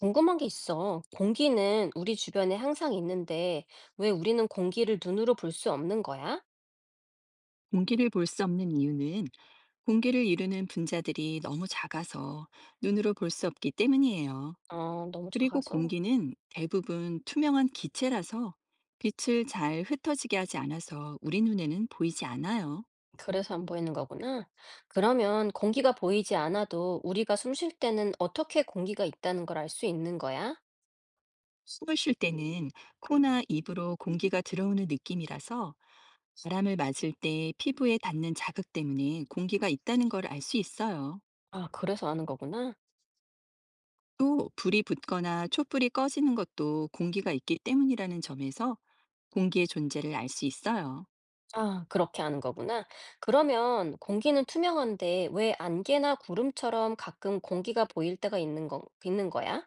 궁금한 게 있어. 공기는 우리 주변에 항상 있는데, 왜 우리는 공기를 눈으로 볼 수 없는 거야? 공기를 볼 수 없는 이유는 공기를 이루는 분자들이 너무 작아서 눈으로 볼 수 없기 때문이에요. 너무 그리고 작아서. 공기는 대부분 투명한 기체라서 빛을 잘 흩어지게 하지 않아서 우리 눈에는 보이지 않아요. 그래서 안 보이는 거구나. 그러면 공기가 보이지 않아도 우리가 숨쉴 때는 어떻게 공기가 있다는 걸 알 수 있는 거야? 숨을 쉴 때는 코나 입으로 공기가 들어오는 느낌이라서 바람을 맞을 때 피부에 닿는 자극 때문에 공기가 있다는 걸 알 수 있어요. 아, 그래서 아는 거구나. 또 불이 붙거나 촛불이 꺼지는 것도 공기가 있기 때문이라는 점에서 공기의 존재를 알 수 있어요. 아, 그렇게 아는 거구나. 그러면 공기는 투명한데 왜 안개나 구름처럼 가끔 공기가 보일 때가 있는 있는 거야?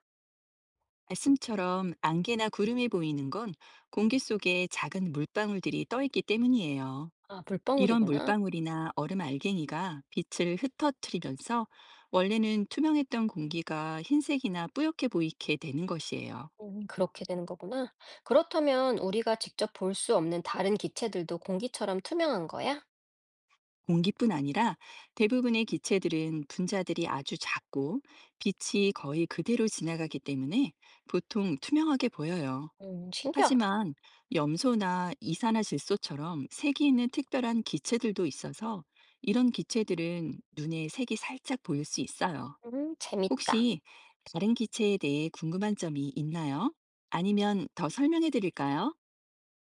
말씀처럼 안개나 구름이 보이는 건 공기 속에 작은 물방울들이 떠 있기 때문이에요. 아, 이런 물방울이구나. 물방울이나 얼음 알갱이가 빛을 흩어뜨리면서 원래는 투명했던 공기가 흰색이나 뿌옇게 보이게 되는 것이에요. 음, 그렇게 되는 거구나. 그렇다면 우리가 직접 볼 수 없는 다른 기체들도 공기처럼 투명한 거야? 공기뿐 아니라 대부분의 기체들은 분자들이 아주 작고 빛이 거의 그대로 지나가기 때문에 보통 투명하게 보여요. 신기하다. 하지만 염소나 이산화질소처럼 색이 있는 특별한 기체들도 있어서 이런 기체들은 눈에 색이 살짝 보일 수 있어요. 재밌다. 혹시 다른 기체에 대해 궁금한 점이 있나요? 아니면 더 설명해 드릴까요?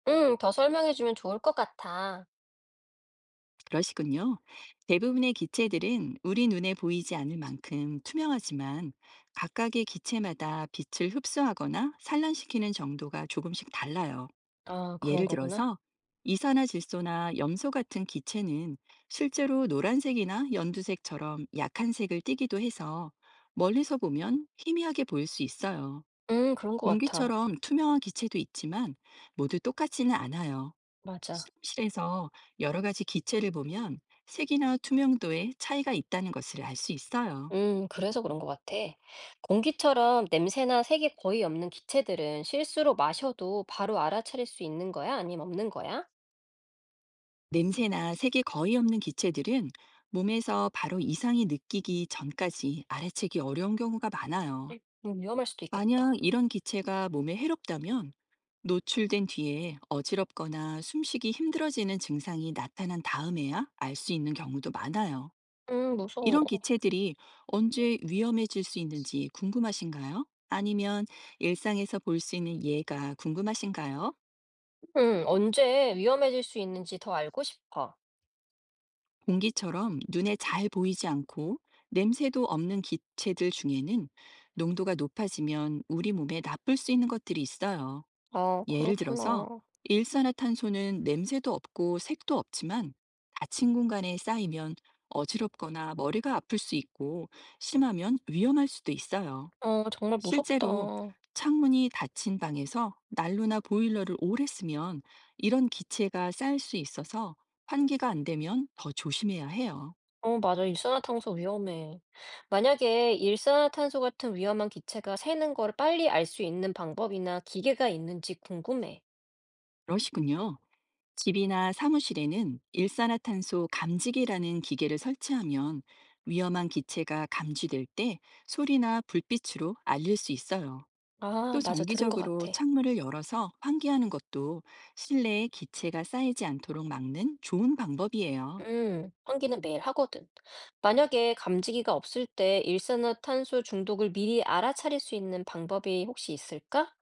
더 설명해 주면 좋을 것 같아. 그러시군요. 대부분의 기체들은 우리 눈에 보이지 않을 만큼 투명하지만 각각의 기체마다 빛을 흡수하거나 산란시키는 정도가 조금씩 달라요. 아, 그런 예를 거구나. 들어서 이산화질소나 염소 같은 기체는 실제로 노란색이나 연두색처럼 약한 색을 띠기도 해서 멀리서 보면 희미하게 보일 수 있어요. 그런 것 같아. 공기처럼 투명한 기체도 있지만 모두 똑같지는 않아요. 맞아. 실험실에서 여러 가지 기체를 보면 색이나 투명도에 차이가 있다는 것을 알 수 있어요. 그래서 그런 것 같아. 공기처럼 냄새나 색이 거의 없는 기체들은 실수로 마셔도 바로 알아차릴 수 있는 거야? 아니면 없는 거야? 냄새나 색이 거의 없는 기체들은 몸에서 바로 이상이 느끼기 전까지 알아채기 어려운 경우가 많아요. 위험할 수도 있겠다. 만약 이런 기체가 몸에 해롭다면 노출된 뒤에 어지럽거나 숨쉬기 힘들어지는 증상이 나타난 다음에야 알 수 있는 경우도 많아요. 무서워. 이런 기체들이 언제 위험해질 수 있는지 궁금하신가요? 아니면 일상에서 볼 수 있는 예가 궁금하신가요? 언제 위험해질 수 있는지 더 알고 싶어. 공기처럼 눈에 잘 보이지 않고 냄새도 없는 기체들 중에는 농도가 높아지면 우리 몸에 나쁠 수 있는 것들이 있어요. 아, 예를 들어서 그렇구나. 일산화탄소는 냄새도 없고 색도 없지만 닫힌 공간에 쌓이면 어지럽거나 머리가 아플 수 있고 심하면 위험할 수도 있어요. 어, 정말 실제로 무섭다. 창문이 닫힌 방에서 난로나 보일러를 오래 쓰면 이런 기체가 쌓일 수 있어서 환기가 안 되면 더 조심해야 해요. 어, 맞아. 일산화탄소 위험해. 만약에 일산화탄소 같은 위험한 기체가 새는 걸 빨리 알 수 있는 방법이나 기계가 있는지 궁금해. 그러시군요. 집이나 사무실에는 일산화탄소 감지기라는 기계를 설치하면 위험한 기체가 감지될 때 소리나 불빛으로 알릴 수 있어요. 아, 또 맞아. 들은 것 정기적으로 같아. 창문을 열어서 환기하는 것도 실내에 기체가 쌓이지 않도록 막는 좋은 방법이에요. 음. 환기는 매일 하거든. 만약에 감지기가 없을 때 일산화탄소 중독을 미리 알아차릴 수 있는 방법이 혹시 있을까?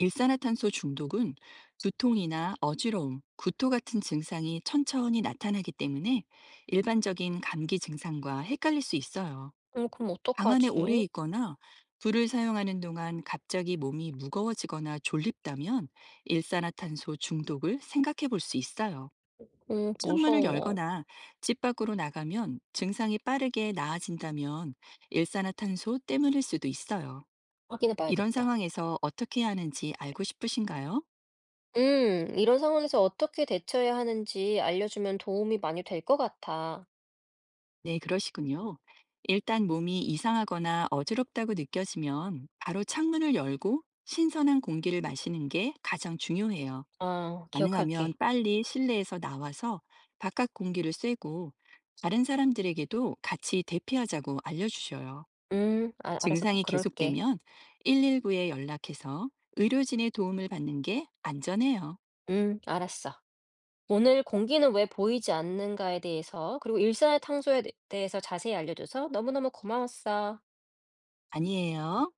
일산화탄소 중독은 두통이나 어지러움, 구토 같은 증상이 천천히 나타나기 때문에 일반적인 감기 증상과 헷갈릴 수 있어요. 음, 그럼 방 안에 오래 어떡하지? 있거나 불을 사용하는 동안 갑자기 몸이 무거워지거나 졸립다면 일산화탄소 중독을 생각해 볼 수 있어요. 음, 창문을 무서워. 열거나 집 밖으로 나가면 증상이 빠르게 나아진다면 일산화탄소 때문일 수도 있어요. 확인해 이런 봐야겠다. 상황에서 어떻게 해야 하는지 알고 싶으신가요? 이런 상황에서 어떻게 대처해야 하는지 알려주면 도움이 많이 될 것 같아. 네, 그러시군요. 일단 몸이 이상하거나 어지럽다고 느껴지면 바로 창문을 열고 신선한 공기를 마시는 게 가장 중요해요. 어, 가능하면 기억할게. 빨리 실내에서 나와서 바깥 공기를 쐬고 다른 사람들에게도 같이 대피하자고 알려주셔요. 아, 알았어. 꼭 증상이 그럴게. 계속되면 119에 연락해서 의료진의 도움을 받는 게 안전해요. 알았어. 오늘 공기는 왜 보이지 않는가에 대해서, 그리고 일산화탄소에 대해서 자세히 알려줘서 너무너무 고마웠어. 아니에요.